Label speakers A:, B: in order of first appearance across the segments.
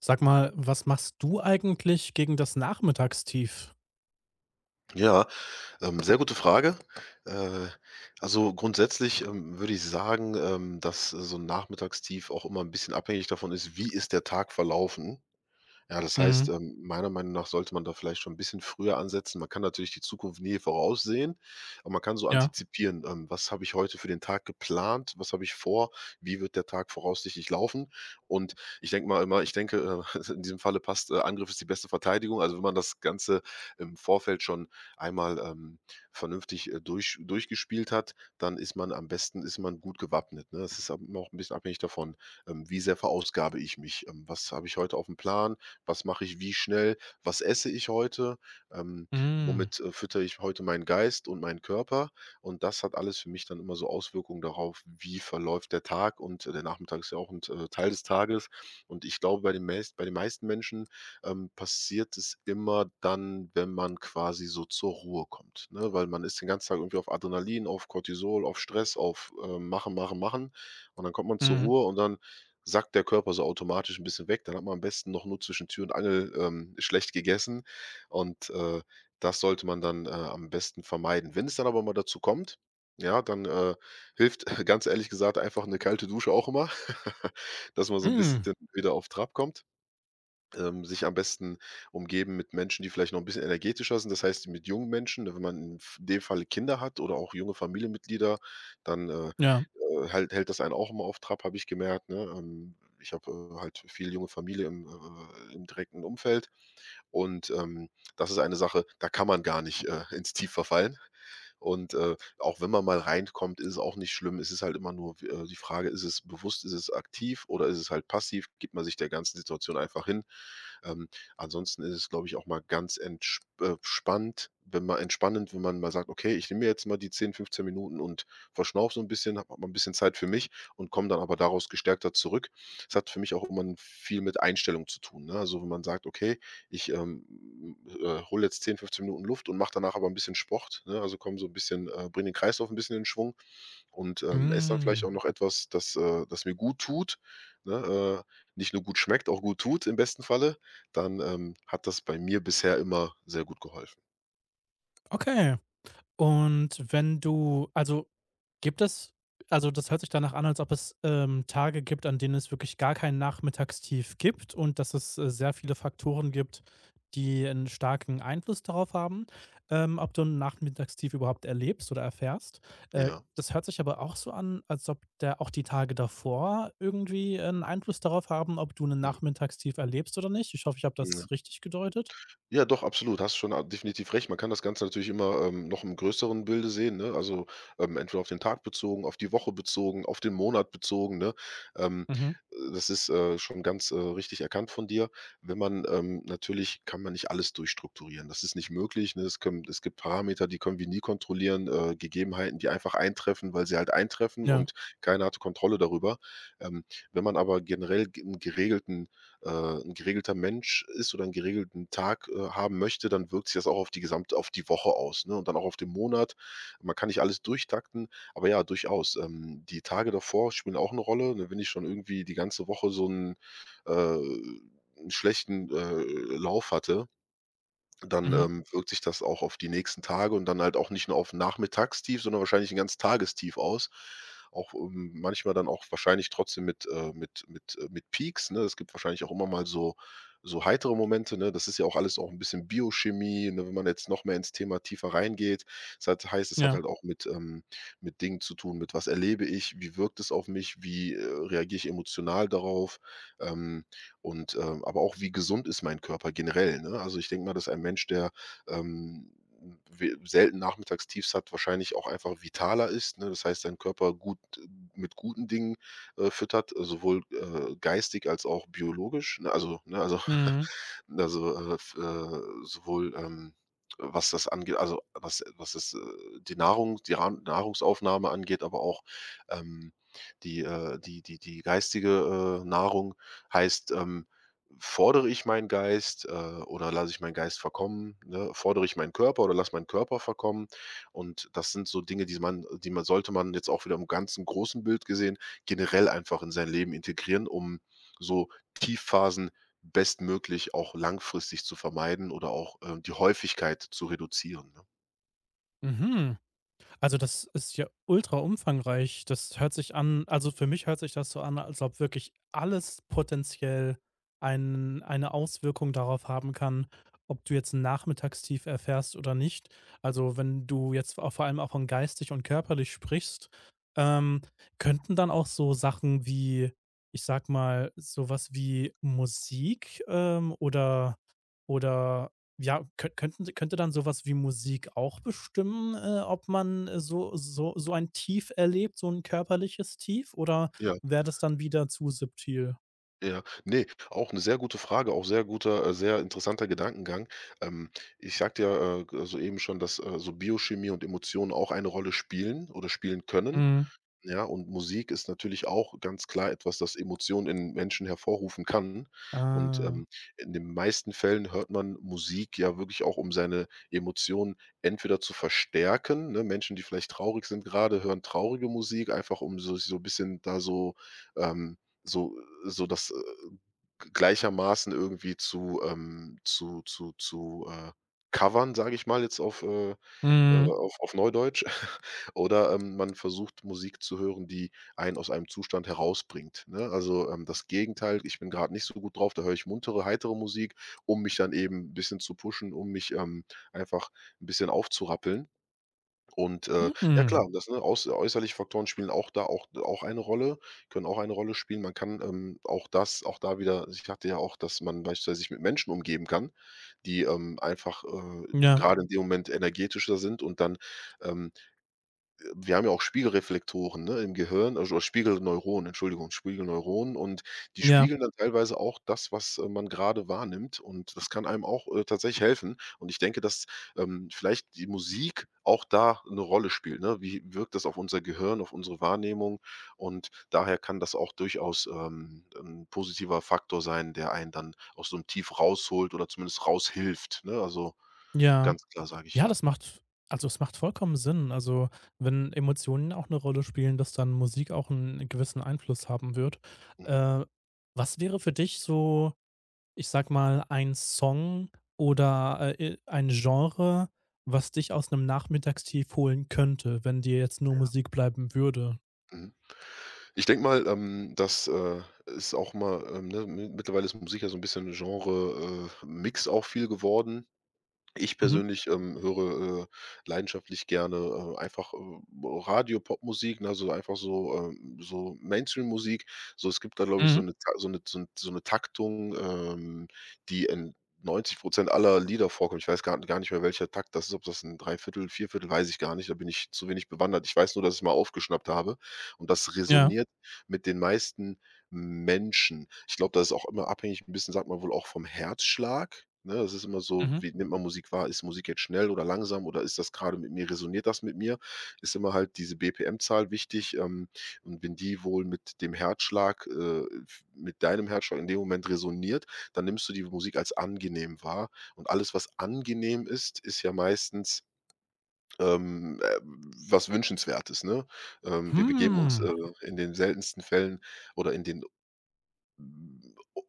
A: Sag mal, was machst du eigentlich gegen das Nachmittagstief?
B: Ja, sehr gute Frage. Äh, also grundsätzlich, würde ich sagen, dass so ein Nachmittagstief auch immer ein bisschen abhängig davon ist, wie ist der Tag verlaufen. Ja, das heißt,
A: Mhm.
B: meiner Meinung nach sollte man da vielleicht schon ein bisschen früher ansetzen. Man kann natürlich die Zukunft nie voraussehen, aber man kann so
A: Ja.
B: antizipieren: „Was habe ich heute für den Tag geplant? Was habe ich vor? Wie wird der Tag voraussichtlich laufen?“ Und ich denke, in diesem Falle passt, Angriff ist die beste Verteidigung. Also, wenn man das Ganze im Vorfeld schon einmal, vernünftig, durchgespielt hat, dann ist man gut gewappnet, ne? Es ist ab immer auch 'n bisschen abhängig davon, wie sehr verausgabe ich mich? Was habe ich heute auf dem Plan? Was mache ich wie schnell, was esse ich heute, ähm,
A: Mhm.
B: womit, füttere ich heute meinen Geist und meinen Körper. Und das hat alles für mich dann immer so Auswirkungen darauf, wie verläuft der Tag, und der Nachmittag ist ja auch ein T Teil des Tages. Und ich glaube, bei den meisten Menschen passiert es immer dann, wenn man quasi so zur Ruhe kommt, ne? Weil man ist den ganzen Tag irgendwie auf Adrenalin, auf Cortisol, auf Stress, auf, machen, machen, machen, und dann kommt man zur
A: Mhm.
B: Ruhe und dann sackt der Körper so automatisch ein bisschen weg. Dann hat man am besten noch nur zwischen Tür und Angel, schlecht gegessen, und, das sollte man dann, am besten vermeiden. Wenn es dann aber mal dazu kommt, ja, dann, hilft ganz ehrlich gesagt einfach eine kalte Dusche auch immer, dass man so ein
A: Mhm.
B: bisschen wieder auf Trab kommt, sich am besten umgeben mit Menschen, die vielleicht noch ein bisschen energetischer sind. Das heißt, mit jungen Menschen, ne, wenn man in f dem Fall Kinder hat oder auch junge Familienmitglieder, dann,
A: Ja.
B: halt hält das einen auch immer auf Trab, habe ich gemerkt, ne? Ich habe, halt viel junge Familie im, im direkten Umfeld, und, das ist eine Sache, da kann man gar nicht, ins Tief verfallen. Und, auch wenn man mal reinkommt, ist es auch nicht schlimm. Es ist halt immer nur die Frage, ist es bewusst, ist es aktiv oder ist es halt passiv? Gibt man sich der ganzen Situation einfach hin? Ähm, ansonsten ist es, glaube ich, auch mal ganz entsch spannt wenn man entspannend, wenn man mal sagt: „Okay, ich nehme mir jetzt mal die 10, 15 Minuten und verschnaufe so ein bisschen, habe mal ein bisschen Zeit für mich und komme dann aber daraus gestärkter zurück.“ Es hat für mich auch immer 'n viel mit Einstellung zu tun, ne? Also, wenn man sagt: „Okay, ich, hole jetzt 10, 15 Minuten Luft und mache danach aber ein bisschen Sport“, ne? Also, komme so ein bisschen, bringe den Kreislauf ein bisschen in Schwung, und, esse dann vielleicht auch
A: Mhm.
B: noch etwas, das mir gut tut, ne? Nicht nur gut schmeckt, auch gut tut im besten Falle, dann, hat das bei mir bisher immer sehr gut geholfen.
A: Okay. Und wenn du also, gibt es also, das hört sich danach an, als ob es, Tage gibt, an denen es wirklich gar kein Nachmittagstief gibt und dass es, sehr viele Faktoren gibt, die einen starken Einfluss darauf haben, ob du 'n Nachmittagstief überhaupt erlebst oder erfährst. Äh,
B: Ja.
A: das hört sich aber auch so an, als ob da auch die Tage davor irgendwie einen Einfluss darauf haben, ob du einen Nachmittagstief erlebst oder nicht. Ich hoffe, ich habe das
B: Mhm.
A: richtig gedeutet.
B: Ja, doch, absolut. Hast schon a definitiv recht. Man kann das Ganze natürlich immer, noch im größeren Bilde sehen, ne? Also, entweder auf den Tag bezogen, auf die Woche bezogen, auf den Monat bezogen, ne? Ähm,
A: Mhm.
B: das ist, schon ganz, richtig erkannt von dir. Wenn man, natürlich kann man nicht alles durchstrukturieren. Das ist nicht möglich, ne? Es gibt Parameter, die können wir nie kontrollieren, Gegebenheiten, die einfach eintreffen, weil sie halt eintreffen,
A: Ja.
B: und keiner hat Kontrolle darüber. Ähm, wenn man aber generell ge 'n geregelten äh, 'n geregelter Mensch ist oder einen geregelten Tag, haben möchte, dann wirkt sich das auch auf die Woche aus, ne, und dann auch auf den Monat. Man kann nicht alles durchtakten, aber ja, durchaus. Die Tage davor spielen auch eine Rolle, ne, wenn ich schon irgendwie die ganze Woche so einen äh 'n schlechten, Lauf hatte, dann,
A: Mhm.
B: wirkt sich das auch auf die nächsten Tage, und dann halt auch nicht nur auf 'n Nachmittagstief, sondern wahrscheinlich ein ganz Tagestief aus. Auch, manchmal dann auch wahrscheinlich trotzdem mit Peaks, ne? Es gibt wahrscheinlich auch immer mal so heitere Momente, ne? Das ist ja auch alles auch ein bisschen Biochemie, ne, wenn man jetzt noch mehr ins Thema tiefer reingeht. Es hat
A: Ja.
B: halt auch mit Dingen zu tun, mit: Was erlebe ich? Wie wirkt es auf mich? Wie, reagiere ich emotional darauf? Ähm aber auch, wie gesund ist mein Körper generell, ne? Also, ich denke mal, dass ein Mensch, der, ähm, we selten Nachmittagstiefs hat, wahrscheinlich auch einfach vitaler ist, ne? Das heißt, sein Körper gut mit guten Dingen, füttert, sowohl, geistig als auch biologisch, ne? Also,
A: Mhm.
B: also, f sowohl, was das angeht, also was das, die Nahrungsaufnahme angeht, aber auch, ähm, die, die die die geistige, Nahrung. Heißt, fordere ich meinen Geist, oder lasse ich meinen Geist verkommen, ne? Fordere ich meinen Körper oder lasse meinen Körper verkommen? Und das sind so Dinge, die man sollte man jetzt auch wieder im ganzen großen Bild gesehen generell einfach in sein Leben integrieren, um so Tiefphasen bestmöglich auch langfristig zu vermeiden oder auch, die Häufigkeit zu reduzieren, ne?
A: Mhm. Also, das ist ja ultra umfangreich. Das hört sich an, also für mich hört sich das so an, als ob wirklich alles potenziell eine Auswirkung darauf haben kann, ob du jetzt ein Nachmittagstief erfährst oder nicht. Also, wenn du jetzt auch vor allem auch von geistig und körperlich sprichst, ähm, könnten dann auch so Sachen wie, ich sag mal, sowas wie Musik, oder ja, könnte dann sowas wie Musik auch bestimmen, ob man, so ein Tief erlebt, so ein körperliches Tief, oder
B: Ja.
A: wäre das dann wieder zu subtil?
B: Ja, ne, auch eine sehr gute Frage, auch sehr guter sehr interessanter Gedankengang. Ähm, ich sagte ja, g soeben schon, dass, so Biochemie und Emotionen auch eine Rolle spielen oder spielen können,
A: Mhm.
B: ja? Und Musik ist natürlich auch ganz klar etwas, das Emotionen in Menschen hervorrufen kann. Und,
A: Ah.
B: in den meisten Fällen hört man Musik ja wirklich auch, um seine Emotionen entweder zu verstärken, ne? Menschen, die vielleicht traurig sind gerade, hören traurige Musik, einfach um so ein bisschen da so ähm, so so das gleichermaßen irgendwie zu zu, covern, sage ich mal jetzt
A: Mhm.
B: auf Neudeutsch. Oder, man versucht, Musik zu hören, die einen aus einem Zustand herausbringt, ne? Also, das Gegenteil, ich bin gerade nicht so gut drauf, da höre ich muntere, heitere Musik, um mich dann eben 'n bisschen zu pushen, um mich, einfach ein bisschen aufzurappeln. Und, ja
A: Mhm.
B: klar, das, ne, äußerliche Faktoren spielen auch da auch eine Rolle, können auch eine Rolle spielen. Man kann, auch das auch da wieder, ich hatte ja auch, dass man beispielsweise sich mit Menschen umgeben kann, die, einfach,
A: Ja,
B: grade in dem Moment energetischer sind, und dann, ähm wir haben ja auch Spiegelreflektoren, ne, im Gehirn, also oder Spiegelneuronen, Entschuldigung, Spiegelneuronen, und die
A: ja,
B: spiegeln dann teilweise auch das, was, man gerade wahrnimmt, und das kann einem auch, tatsächlich helfen, und ich denke, dass, vielleicht die Musik auch da eine Rolle spielt, ne? Wie wirkt das auf unser Gehirn, auf unsere Wahrnehmung? Und daher kann das auch durchaus'n positiver Faktor sein, der einen dann aus so einem Tief rausholt oder zumindest raushilft, ne? Also,
A: ja.
B: ganz klar sage ich
A: Ja,
B: ja.
A: das macht, also es macht vollkommen Sinn. Also, wenn Emotionen auch eine Rolle spielen, dass dann Musik auch einen gewissen Einfluss haben wird.
B: Mhm.
A: Äh, Was wäre für dich so, ich sag mal, ein Song oder, ein Genre, was dich aus einem Nachmittagstief holen könnte, wenn dir jetzt nur Musik bleiben würde?
B: Mhm. Ich denke mal, dass, es auch mal ne, mi mittlerweile ist Musik ja so ein bisschen Genre Mix auch viel geworden. Ich
A: Mhm.
B: persönlich, höre, leidenschaftlich gerne, einfach, Radio, Popmusik, ne, also einfach so, so Mainstream-Musik. So, es gibt da, glaube ich, so
A: Mhm.
B: eine Ta so eine so 'n so 'ne Taktung, die in 90 aller Lieder vorkommt. Ich weiß gar nicht mehr, welcher Takt das ist, ob das ein Dreiviertel, Vierviertel, weiß ich gar nicht. Da bin ich zu wenig bewandert. Ich weiß nur, dass ich's mal aufgeschnappt habe, und das
A: Ja.
B: resoniert mit den meisten Menschen. Ich glaube, das ist auch immer abhängig ein bisschen, sagt man wohl, auch vom Herzschlag, ne? Das ist immer so,
A: Mhm.
B: wie nimmt man Musik wahr? Ist Musik jetzt schnell oder langsam oder ist das gerade mit mir resoniert das mit mir? Ist immer halt diese BPM-Zahl wichtig, und wenn die wohl mit dem Herzschlag, f mit deinem Herzschlag in dem Moment resoniert, dann nimmst du die Musik als angenehm wahr, und alles, was angenehm ist, ist ja meistens, ähm, äh, was Wünschenswertes, ne? Wir begeben uns,
A: Hm.
B: in den seltensten Fällen oder in den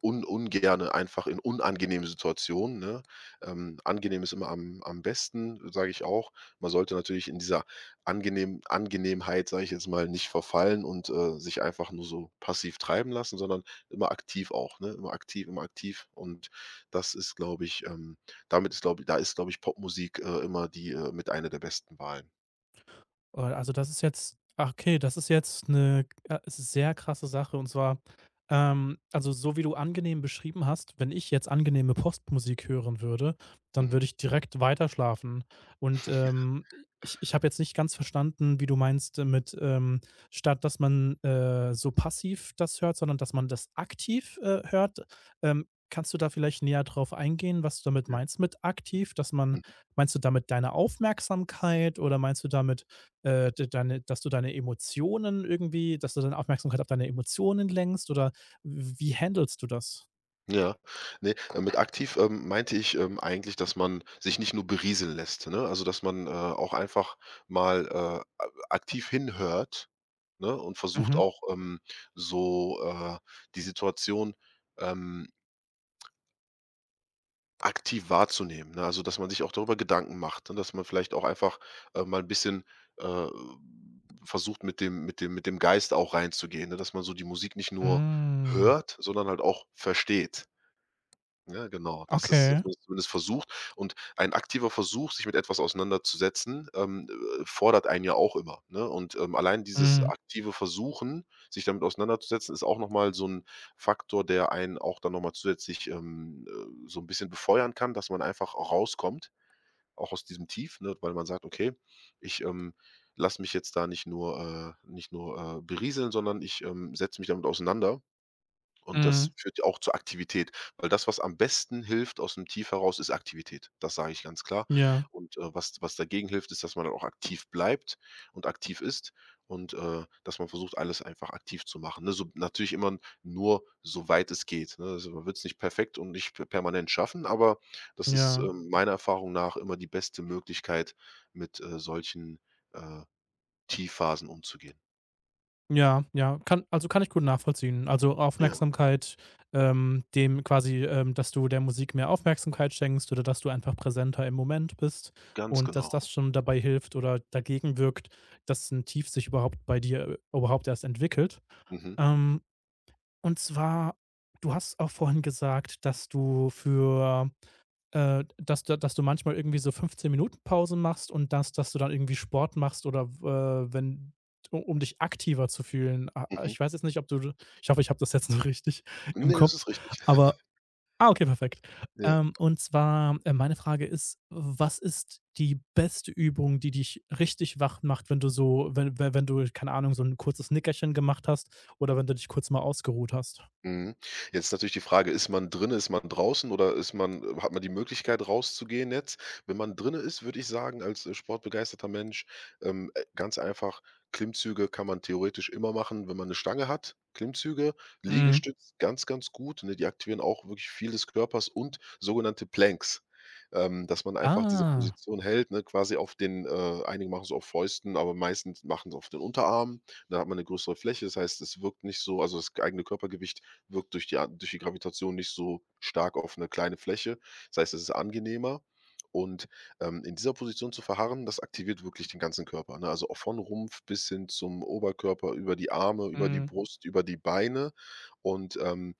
B: un ungerne einfach in unangenehmen Situationen, ne? Angenehm ist immer am besten, sage ich auch. Man sollte natürlich in dieser Angenehmheit, sage ich jetzt mal, nicht verfallen und, sich einfach nur so passiv treiben lassen, sondern immer aktiv auch, ne? Immer aktiv und das ist, glaube ich, damit ist glaube ich, da ist, glaube ich, Popmusik, immer die, mit einer der besten Wahlen.
A: Oh, also das ist jetzt, ach okay, das ist jetzt eine sehr krasse Sache, und zwar, also so wie du angenehm beschrieben hast, wenn ich jetzt angenehme Postmusik hören würde, dann
B: Mhm.
A: würde ich direkt weiterschlafen. Und, ich habe jetzt nicht ganz verstanden, wie du meinst, mit, statt dass man, so passiv das hört, sondern dass man das aktiv, hört. Ähm, kannst du da vielleicht näher drauf eingehen, was du damit
B: Ja.
A: meinst mit aktiv? Dass man,
B: Mhm.
A: meinst du damit deine Aufmerksamkeit, oder meinst du damit de deine, dass du deine Emotionen irgendwie, dass du deine Aufmerksamkeit auf deine Emotionen lenkst, oder wie handelst du das?
B: Ja. Ne, mit aktiv, meinte ich, eigentlich, dass man sich nicht nur berieseln lässt, ne? Also, dass man, auch einfach mal, a aktiv hinhört, ne, und versucht
A: Mhm.
B: auch, so, die Situation, ähm, aktiv wahrzunehmen, ne? Also, dass man sich auch darüber Gedanken macht, ne, dass man vielleicht auch einfach, mal ein bisschen, äh, versucht, mit dem Geist auch reinzugehen, ne, dass man so die Musik nicht nur
A: Hm.
B: hört, sondern halt auch versteht. Ja, genau. Dass
A: Okay.
B: man's zumindest versucht und ein aktiver Versuch, sich mit etwas auseinanderzusetzen, fordert einen ja auch immer, ne? Und, allein dieses
A: Mhm.
B: aktive Versuchen, sich damit auseinanderzusetzen, ist auch noch mal so 'n Faktor, der einen auch dann noch mal zusätzlich, so 'n bisschen befeuern kann, dass man einfach auch rauskommt, auch aus diesem Tief, ne, weil man sagt: „Okay, ich, lasse mich jetzt da nicht nur berieseln, sondern ich, setze mich damit auseinander.“ Und das
A: Mhm.
B: führt ja auch zur Aktivität, weil das, was am besten hilft aus dem Tief heraus, ist Aktivität. Das sage ich ganz klar.
A: Ja,
B: Und, was dagegen hilft, ist, dass man dann auch aktiv bleibt und aktiv ist und, dass man versucht, alles einfach aktiv zu machen, ne? So natürlich immer nur so weit es geht, ne? Also, man wird es nicht perfekt und nicht p permanent schaffen, aber das ist,
A: ja,
B: meiner Erfahrung nach immer die beste Möglichkeit, mit, solchen, äh, Tiefphasen umzugehen.
A: ja, ja. Kann, also kann ich gut nachvollziehen. Also,
B: Ja,
A: Aufmerksamkeit, dass du der Musik mehr Aufmerksamkeit schenkst, oder dass du einfach präsenter im Moment bist
B: ganz
A: und dass
B: genau.
A: das schon dabei hilft oder dagegen wirkt, dass ein Tief sich überhaupt bei dir, überhaupt erst entwickelt.
B: Mhm,
A: Ähm Und zwar, du hast auch vorhin gesagt, dass du für, dass du manchmal irgendwie so 15 Minuten Pause machst, und dass du dann irgendwie Sport machst, oder wenn u um dich aktiver zu fühlen. A
B: mhm.
A: Ich weiß jetzt nicht, ob du, ich hoffe, ich habe das jetzt noch richtig im
B: Ne, das
A: Kopf,
B: ist richtig.
A: aber, ah, okay, perfekt. Und zwar, meine Frage ist, was ist die beste Übung, die dich richtig wach macht, wenn du so, wenn du, keine Ahnung, so ein kurzes Nickerchen gemacht hast oder wenn du dich kurz mal ausgeruht hast?
B: Mhm. Jetzt ist natürlich die Frage, ist man drin, ist man draußen oder ist man hat man die Möglichkeit rauszugehen jetzt? Wenn man drinne ist, würde ich sagen, als, sportbegeisterter Mensch, ganz einfach, Klimmzüge kann man theoretisch immer machen, wenn man eine Stange hat, Klimmzüge,
A: Mhm.
B: Liegestütz ganz, ganz gut, ne? Die aktivieren auch wirklich viel des Körpers und sogenannte Planks, dass man einfach diese
A: Ah.
B: Position hält, ne, quasi auf den einige machen es auf Fäusten, aber meistens machen es auf den Unterarmen. Da hat man eine größere Fläche, das heißt, es wirkt nicht so. Also, das eigene Körpergewicht wirkt durch die At durch die Gravitation nicht so stark auf eine kleine Fläche. Das heißt, es ist angenehmer und, in dieser Position zu verharren, das aktiviert wirklich den ganzen Körper, ne? Also, auch von Rumpf bis hin zum Oberkörper, über die Arme, über die
A: Mhm.
B: Brust, über die Beine und,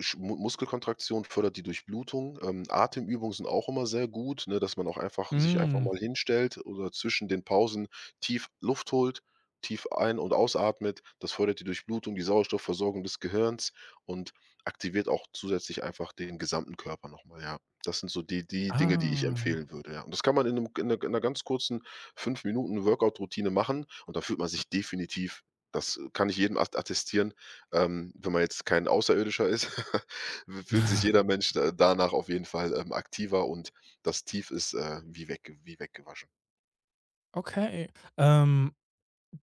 B: Sch Mu Muskelkontraktion fördert die Durchblutung. Atemübungen sind auch immer sehr gut, ne, dass man auch einfach sich einfach
A: Mhm.
B: mal hinstellt oder zwischen den Pausen tief Luft holt, tief ein und ausatmet. Das fördert die Durchblutung, die Sauerstoffversorgung des Gehirns und aktiviert auch zusätzlich einfach den gesamten Körper nochmal. Ja. Das sind so die Dinge, die ich
A: Ah.
B: empfehlen würde, ja. Und das kann man in einem in einer in 'ner ganz kurzen 5 Minuten Workout-Routine machen und da fühlt man sich definitiv, das kann ich jedem at attestieren, wenn man jetzt kein Außerirdischer ist, fühlt sich jeder Mensch da danach auf jeden Fall, aktiver und das Tief ist, wie weggewaschen.
A: Okay. Ähm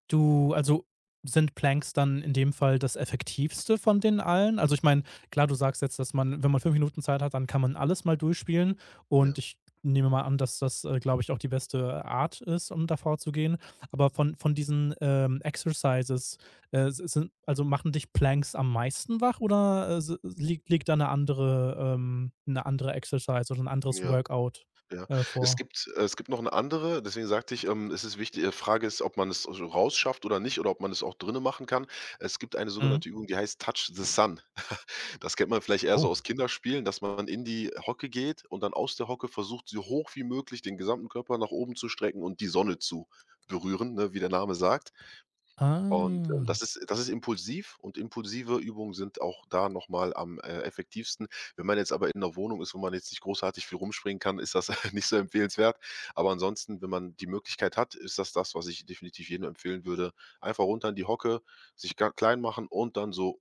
A: Du, also sind Planks dann in dem Fall das effektivste von den allen? Also, ich meine, klar, du sagst jetzt, dass man, wenn man 5 Minuten Zeit hat, dann kann man alles mal durchspielen, und
B: Ja,
A: ich nehme mal an, dass das, glaube ich, auch die beste Art ist, um da vorzugehen. Aber von diesen, Exercises, s sind, also machen dich Planks am meisten wach, oder s liegt liegt da eine andere, 'ne andere Exercise oder ein anderes
B: ja,
A: Workout,
B: ja.
A: vor?
B: Es gibt noch eine andere, deswegen sagte ich, es ist wichtig, Frage ist, ob man es so rausschafft oder nicht oder ob man es auch drinnen machen kann. Es gibt eine
A: Mhm.
B: sogenannte Übung, die heißt „Touch the Sun“. Das kennt man vielleicht eher so
A: Oh.
B: aus Kinderspielen, dass man in die Hocke geht und dann aus der Hocke versucht, so hoch wie möglich den gesamten Körper nach oben zu strecken und die Sonne zu berühren, ne, wie der Name sagt. Und,
A: Ah.
B: das ist impulsiv und impulsive Übungen sind auch da noch mal am, effektivsten. Wenn man jetzt aber in 'ner Wohnung ist, wo man jetzt nicht großartig viel rumspringen kann, ist das nicht so empfehlenswert. Aber ansonsten, wenn man die Möglichkeit hat, ist das das, was ich definitiv jedem empfehlen würde. Einfach runter in die Hocke, sich ga klein machen und dann so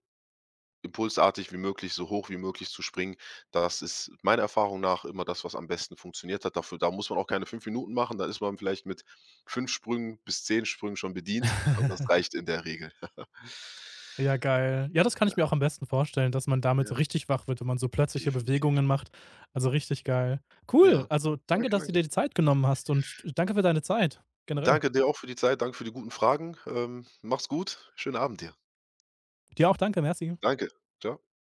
B: impulsartig wie möglich, so hoch wie möglich zu springen. Das ist meiner Erfahrung nach immer das, was am besten funktioniert hat. Dafür da muss man auch keine 5 Minuten machen, da ist man vielleicht mit 5 Sprüngen bis 10 Sprüngen schon bedient und das reicht in der Regel.
A: Ja, geil. Ja, das kann
B: Ja,
A: ich mir auch am besten vorstellen, dass man damit
B: ja,
A: so richtig wach wird, wenn man so plötzliche
B: definitiv.
A: Bewegungen macht. Also richtig geil. Cool.
B: Ja,
A: Also danke,
B: danke,
A: dass du
B: danke.
A: dir die Zeit genommen hast, und danke für deine Zeit generell.
B: Danke dir auch für die Zeit, danke für die guten Fragen. Mach's gut, schönen Abend dir.
A: Dir auch danke, merci.
B: Danke. Ciao.